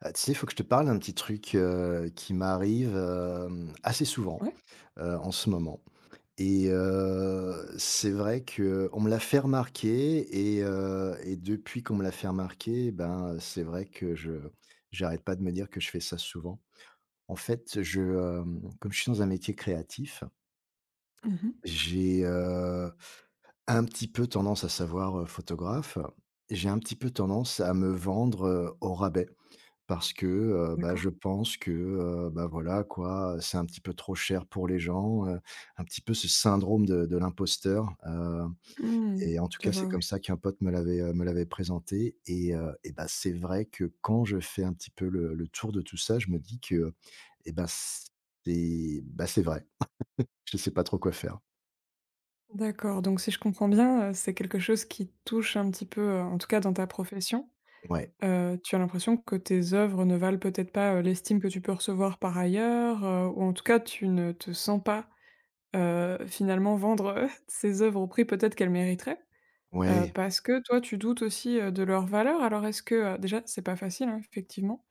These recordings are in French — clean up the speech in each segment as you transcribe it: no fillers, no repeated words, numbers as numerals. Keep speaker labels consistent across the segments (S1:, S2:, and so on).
S1: Ah, tu sais, il faut que je te parle d'un petit truc, qui m'arrive, assez souvent,
S2: Ouais.
S1: en ce moment et c'est vrai que on me l'a fait remarquer et depuis qu'on me l'a fait remarquer, ben, c'est vrai que je j'arrête pas de me dire que je fais ça souvent. En fait, je, comme je suis dans un métier créatif,
S2: Mmh.
S1: j'ai, un petit peu tendance à savoir, photographe, j'ai un petit peu tendance à me vendre, au rabais. Parce que, bah,
S2: D'accord.
S1: je pense que, bah, voilà quoi, c'est un petit peu trop cher pour les gens, un petit peu ce syndrome de l'imposteur,
S2: Mmh.
S1: et en tout
S2: Je
S1: cas, c'est
S2: vois, oui.
S1: comme ça qu'un pote me l'avait présenté et bah, c'est vrai que quand je fais un petit peu le tour de tout ça, je me dis que et bah, c'est vrai. Je ne sais pas trop quoi faire.
S2: D'accord, donc si je comprends bien, c'est quelque chose qui touche un petit peu, en tout cas dans ta profession.
S1: Ouais,
S2: Tu as l'impression que tes œuvres ne valent peut-être pas, l'estime que tu peux recevoir par ailleurs, ou en tout cas tu ne te sens pas, finalement vendre, ces œuvres au prix peut-être qu'elles mériteraient.
S1: ouais.
S2: Parce que toi tu doutes aussi, de leur valeur. Alors est-ce que, déjà c'est pas facile, hein, effectivement.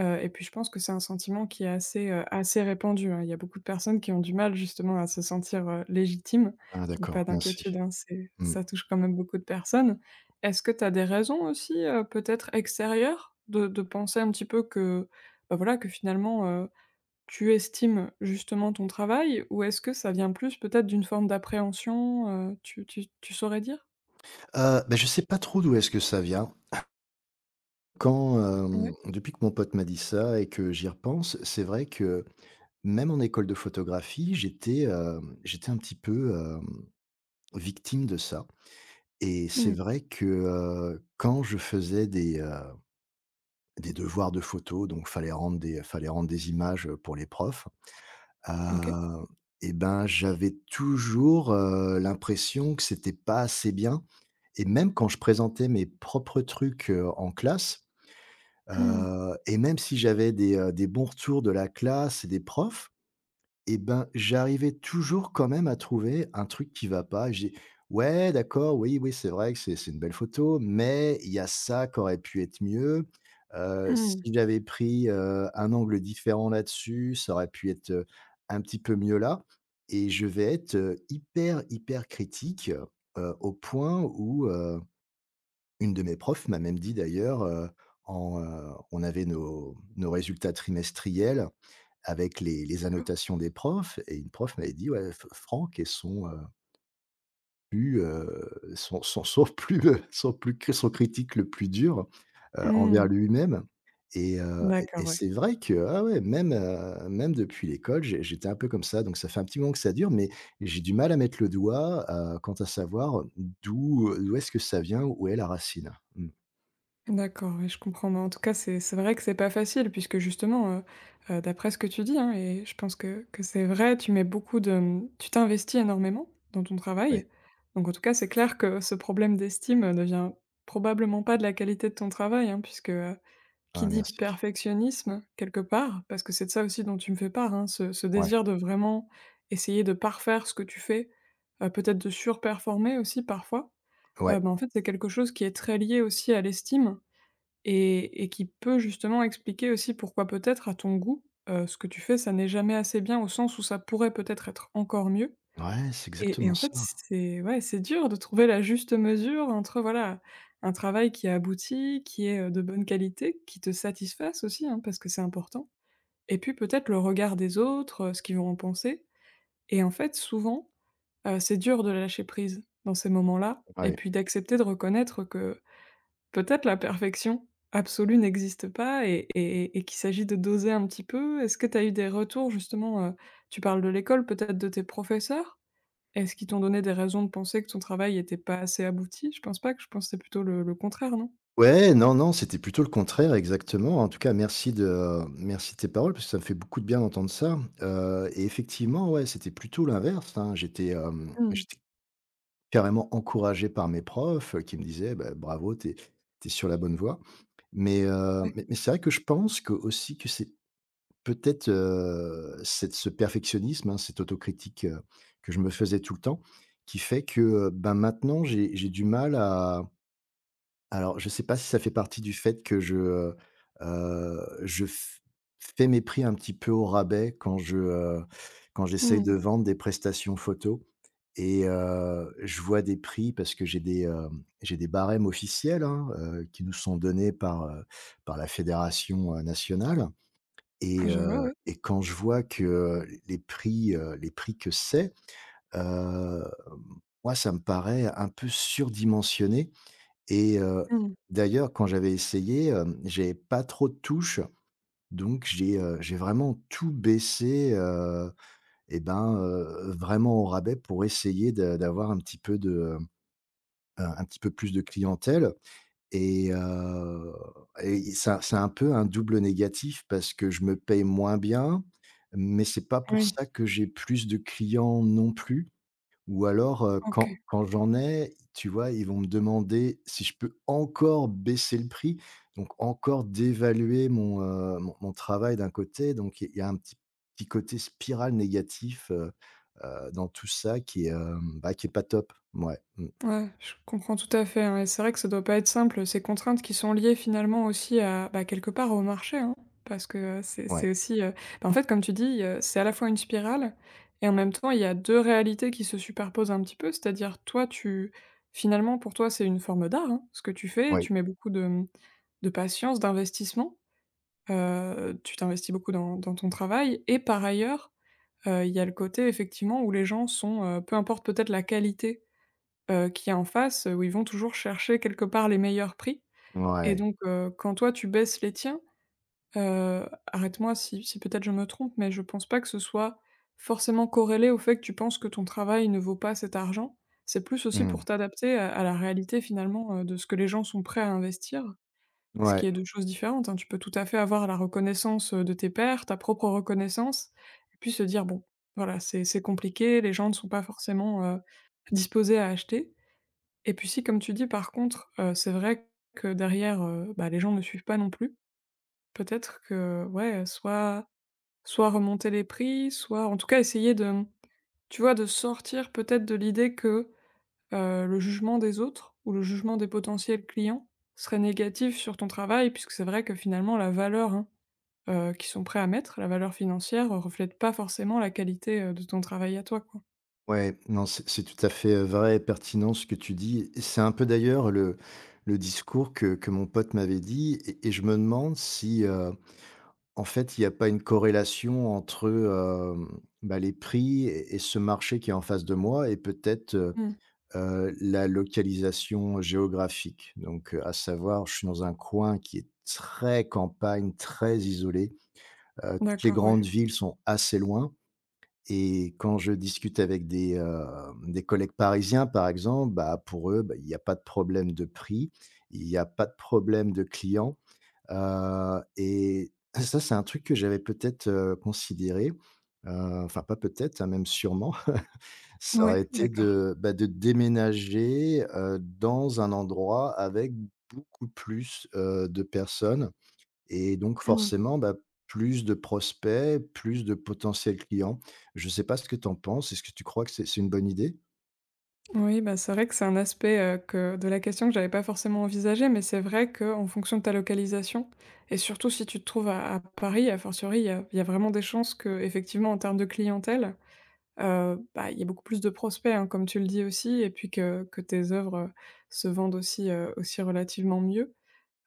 S2: Et puis je pense que c'est un sentiment qui est assez, assez répandu, hein. Il y a beaucoup de personnes qui ont du mal justement à se sentir, légitimes.
S1: Ah
S2: Donc
S1: d'accord,
S2: pas
S1: merci.
S2: d'inquiétude, hein, c'est
S1: Mmh.
S2: ça touche quand même beaucoup de personnes. Est-ce que tu as des raisons aussi, peut-être extérieures de penser un petit peu que, bah, voilà, que finalement, tu estimes justement ton travail? Ou est-ce que ça vient plus peut-être d'une forme d'appréhension, tu saurais dire?
S1: Bah, je sais pas trop d'où est-ce que ça vient. Quand,
S2: Ouais.
S1: depuis que mon pote m'a dit ça et que j'y repense, c'est vrai que même en école de photographie, j'étais un petit peu, victime de ça et c'est
S2: Mmh.
S1: vrai que, quand je faisais des devoirs de photo, donc fallait rendre des images, pour les profs,
S2: OK.
S1: heu et ben, j'avais toujours, l'impression que c'était pas assez bien et même quand je présentais mes propres trucs, en classe.
S2: Mmh.
S1: Et même si j'avais des bons retours de la classe et des profs, eh ben, j'arrivais toujours quand même à trouver un truc qui va pas. Je «Ouais, d'accord, oui, oui, c'est vrai que c'est une belle photo, mais il y a ça qui aurait pu être mieux. Si
S2: Mmh.
S1: j'avais pris, un angle différent là-dessus, ça aurait pu être, un petit peu mieux là» et je vais être, hyper, hyper critique, au point où, une de mes profs m'a même dit d'ailleurs, on avait nos résultats trimestriels avec les
S2: D'accord.
S1: annotations des profs et une prof m'avait dit: «Ouais, F Franck est son, plus, son son son plus, son critique le plus dur, envers
S2: Mmh.
S1: lui-même» et
S2: D'accord, ouais.
S1: c'est vrai que, ah ouais, même, même depuis l'école, j'étais un peu comme ça, donc ça fait un petit moment que ça dure, mais j'ai du mal à mettre le doigt, quant à savoir d'où est-ce que ça vient, où est la racine? Mmh,
S2: D'accord, oui, je comprends. Mais en tout cas, c'est vrai que c'est pas facile puisque justement, d'après ce que tu dis, hein, et je pense que c'est vrai, tu mets beaucoup de, mmh, tu t'investis énormément dans ton
S1: oui.
S2: travail. Donc en tout cas, c'est clair que ce problème d'estime, ne vient probablement pas de la qualité de ton travail, hein, puisque, qui
S1: Ah
S2: dit
S1: merci.
S2: perfectionnisme quelque part, parce que c'est de ça aussi dont tu me fais part, hein, ce
S1: Ouais,
S2: désir de vraiment essayer de parfaire ce que tu fais, peut-être de surperformer aussi parfois,
S1: ouais,
S2: bah, en fait, c'est quelque chose qui est très lié aussi à l'estime et qui peut justement expliquer aussi pourquoi peut-être à ton goût, ce que tu fais, ça n'est jamais assez bien au sens où ça pourrait peut-être être encore mieux
S1: ouais, c'est
S2: et
S1: exactement
S2: en fait
S1: ça.
S2: c'est ouais, c'est dur de trouver la juste mesure entre voilà, un travail qui aboutit, qui est, de bonne qualité, qui te satisfasse aussi, hein, parce que c'est important et puis peut-être le regard des autres, ce qu'ils vont en penser et en fait souvent, c'est dur de lâcher prise dans ces moments-là et
S1: Ouais.
S2: puis d'accepter de reconnaître que peut-être la perfection absolue n'existe pas et qu'il s'agit de doser un petit peu. Est-ce que tu as eu des retours justement, tu parles de l'école, peut-être de tes professeurs? Est-ce qu'ils t'ont donné des raisons de penser que ton travail n'était pas assez abouti? Je pense pas que je pense que c'est plutôt le contraire, non?
S1: Ouais, non, non, c'était plutôt le contraire exactement. En tout cas, merci de tes paroles parce que ça me fait beaucoup de bien d'entendre ça, et effectivement, ouais, c'était plutôt l'inverse, hein.
S2: Mmh,
S1: J'étais carrément encouragé par mes profs, qui me disaient: «Bah bravo, t'es sur la bonne voie» mais heu,
S2: ouais.
S1: mais mais c'est vrai que je pense que aussi que c'est peut-être, cette ce perfectionnisme, hein, cette autocritique, que je me faisais tout le temps, qui fait que, ben, maintenant j'ai du mal à alors je sais pas si ça fait partie du fait que je f fais mes prix un petit peu au rabais quand je, quand j'essaye de
S2: Mmh.
S1: vendre des prestations photos et je vois des prix parce que j'ai des barèmes officiels, hein, qui nous sont donnés par, par la fédération, nationale et
S2: Je vois, oui.
S1: quand je vois que, les prix que c'est, heu, moi, ça me paraît un peu surdimensionné et d'ailleurs, quand j'avais essayé, j'avais pas trop de touches, donc j'ai vraiment tout baissé, et ben, vraiment au rabais pour essayer de d'avoir un petit peu de, un petit peu plus de clientèle. Et ça c'est un peu un double négatif parce que je me paye moins bien, mais c'est pas pour
S2: Oui,
S1: ça que j'ai plus de clients non plus ou alors,
S2: OK.
S1: quand j'en ai, tu vois, ils vont me demander si je peux encore baisser le prix, donc encore dévaluer mon, mon travail d'un côté, donc il y a un petit petit côté spirale négatif, dans tout ça qui est, bah, qui est pas top. Ouais, mmh,
S2: Ouais, je comprends tout à fait, hein, et c'est vrai que ça doit pas être simple, ces contraintes qui sont liées finalement aussi à, bah, quelque part au marché, hein, parce que, c'est
S1: ouais,
S2: c'est aussi, bah, en fait comme tu dis, c'est à la fois une spirale et en même temps il y a 2 réalités qui se superposent un petit peu. C'est-à-dire toi tu finalement pour toi c'est une forme d'art, hein, ce que tu fais,
S1: ouais,
S2: tu mets beaucoup de, mmh, de patience, d'investissement, tu t'investis beaucoup dans ton travail et par ailleurs, il y a le côté effectivement où les gens sont, peu importe peut-être la qualité qui est en face, où ils vont toujours chercher quelque part les meilleurs prix et
S1: ouais,
S2: donc quand toi tu baisses les tiens, heu, arrête-moi si peut-être je me trompe, mais je pense pas que ce soit forcément corrélé au fait que tu penses que ton travail ne vaut pas cet argent. C'est plus aussi
S1: mmh,
S2: pour t'adapter à la réalité finalement, de ce que les gens sont prêts à investir, ce
S1: ouais.
S2: qui est 2 choses différentes, hein. Tu peux tout à fait avoir la reconnaissance, de tes pairs, ta propre reconnaissance et puis se dire: «Bon, voilà, c'est compliqué, les gens ne sont pas forcément, disposés à acheter». Et puis si, comme tu dis, par contre, c'est vrai que derrière, bah, les gens ne suivent pas non plus, peut-être que ouais, soit remonter les prix, soit en tout cas essayer de, mmh, tu vois, de sortir peut-être de l'idée que, le jugement des autres ou le jugement des potentiels clients serait négatif sur ton travail. Puisque c'est vrai que finalement la valeur, hein, qu'ils sont prêts à mettre, la valeur financière, reflète pas forcément la qualité, de ton travail à toi, quoi.
S1: Ouais, non, c'est tout à fait, vrai et pertinent ce que tu dis. Et c'est un peu d'ailleurs le discours que mon pote m'avait dit et je me demande si, en fait, il n'y a pas une corrélation entre, bah, les prix et ce marché qui est en face de moi et peut-être,
S2: Mmh.
S1: la localisation géographique. Donc, à savoir, je suis dans un coin qui est très campagne, très isolé, toutes les
S2: D'accord,
S1: grandes
S2: ouais.
S1: villes sont assez loin et quand je discute avec des, des collègues parisiens, par exemple, bah, pour eux, bah, il n'y a pas de problème de prix, il n'y a pas de problème de clients, et ça, c'est un truc que j'avais peut-être, considéré, heu, enfin, pas peut-être, hein, même sûrement, ça aurait
S2: Ouais,
S1: été
S2: d'accord.
S1: de, bah, de déménager, dans un endroit avec beaucoup plus, de personnes et donc
S2: Mmh.
S1: forcément, bah, plus de prospects, plus de potentiels clients. Je sais pas ce que tu en penses? Est-ce que tu crois que c'est une bonne idée?
S2: Oui, bah, c'est vrai que c'est un aspect, que de la question que j'avais pas forcément envisagé, mais c'est vrai qu'en fonction de ta localisation et surtout si tu te trouves à Paris, a fortiori, il y a vraiment des chances que effectivement en termes de clientèle, bah, il y a beaucoup plus de prospects, hein, comme tu le dis aussi et puis que tes œuvres, se vendent aussi, aussi relativement mieux.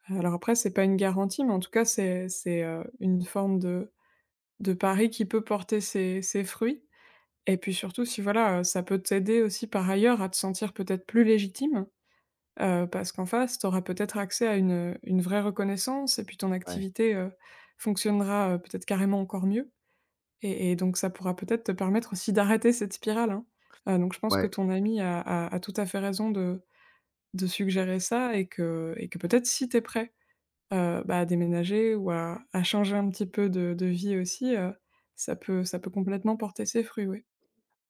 S2: Alors après, c'est pas une garantie, mais en tout cas, c'est une forme de pari qui peut porter ses fruits. Et puis surtout, si voilà, ça peut t'aider aussi par ailleurs à te sentir peut-être plus légitime, parce qu'en face, tu auras peut-être accès à une vraie reconnaissance et puis ton
S1: Ouais,
S2: activité, fonctionnera, peut-être carrément encore mieux et donc ça pourra peut-être te permettre aussi d'arrêter cette spirale, hein. Donc je pense que
S1: ouais,
S2: ton ami a tout à fait raison de suggérer ça et que peut-être si tu es prêt, bah, à déménager ou à changer un petit peu de vie aussi, ça peut complètement porter ses fruits, oui.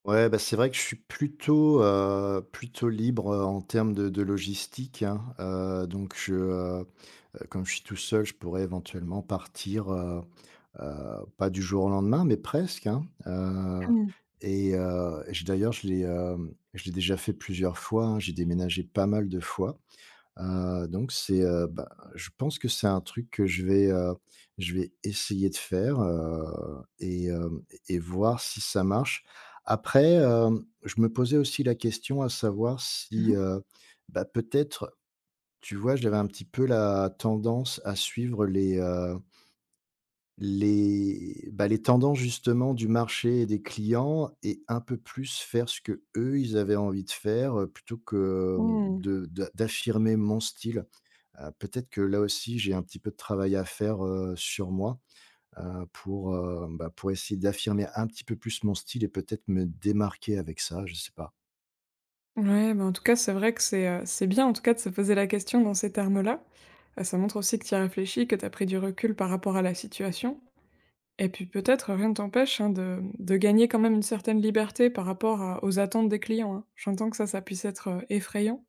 S1: ouais, bah, c'est vrai que je suis plutôt, plutôt libre, en termes de logistique, hein. Donc je, comme je suis tout seul, je pourrais éventuellement partir, pas du jour au lendemain, mais presque, hein.
S2: Mmh.
S1: Je d'ailleurs, je l'ai déjà fait plusieurs fois, hein. J'ai déménagé pas mal de fois. Donc c'est, bah, je pense que c'est un truc que je vais essayer de faire, et voir si ça marche. Après, je me posais aussi la question à savoir
S2: Mmh
S1: si,
S2: mh.
S1: bah, peut-être, tu vois, j'avais un petit peu la tendance à suivre les, bah, les tendances justement du marché et des clients et un peu plus faire ce que eux ils avaient envie de faire, plutôt que, hem,
S2: Mmh.
S1: de d'a d'affirmer mon style. Peut-être que là aussi, j'ai un petit peu de travail à faire, sur moi, bah, pour essayer d'affirmer un petit peu plus mon style et peut-être me démarquer avec ça, je sais pas.
S2: Ouais, bah, en tout cas, c'est vrai que c'est bien, en tout cas, de se poser la question dans ces termes-là. Ça montre aussi que tu as réfléchi, que tu as pris du recul par rapport à la situation et puis peut-être rien ne t'empêche, hein, de, mmh, de gagner quand même une certaine liberté par rapport à aux attentes des clients, hein. J'entends que ça puisse être, effrayant,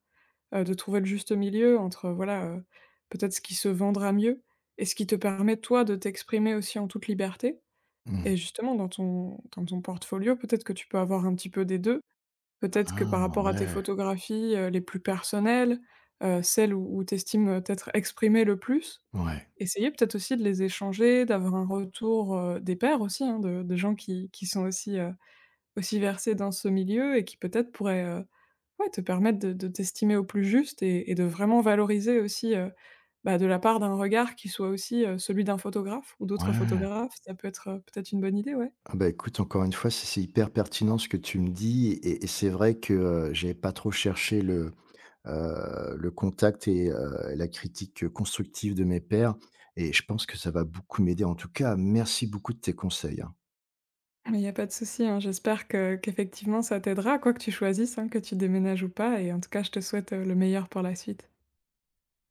S2: de trouver le juste milieu entre, voilà, peut-être ce qui se vendra mieux et ce qui te permet, toi, de t'exprimer aussi en toute liberté
S1: Mmh.
S2: et justement dans ton portfolio, peut-être que tu peux avoir un petit peu des 2. Peut-être que
S1: Ah
S2: par rapport à tes
S1: ouais,
S2: photographies, les plus personnelles, celles où tu estimes, t'être exprimé le plus,
S1: ouais,
S2: essayer peut-être aussi de les échanger, d'avoir un retour, des pairs aussi, hein, de gens qui sont aussi, aussi versés dans ce milieu et qui peut-être pourraient, ouais, te permettre de t'estimer au plus juste et de vraiment valoriser aussi, bah, de la part d'un regard qui soit aussi, celui d'un photographe ou d'autres
S1: ouais.
S2: photographes. Ça peut être, peut-être une bonne idée, ouais.
S1: Ah bah, écoute, encore une fois, c'est hyper pertinent ce que tu me dis et c'est vrai que, j'avais pas trop cherché le contact et la critique, constructive de mes pairs et je pense que ça va beaucoup m'aider. En tout cas, merci beaucoup de tes conseils, hein.
S2: Mais il n'y a pas de souci, hein. J'espère que qu'effectivement ça t'aidera, quoi que tu choisisses, hein, que tu déménages ou pas et en tout cas, je te souhaite, le meilleur pour la suite.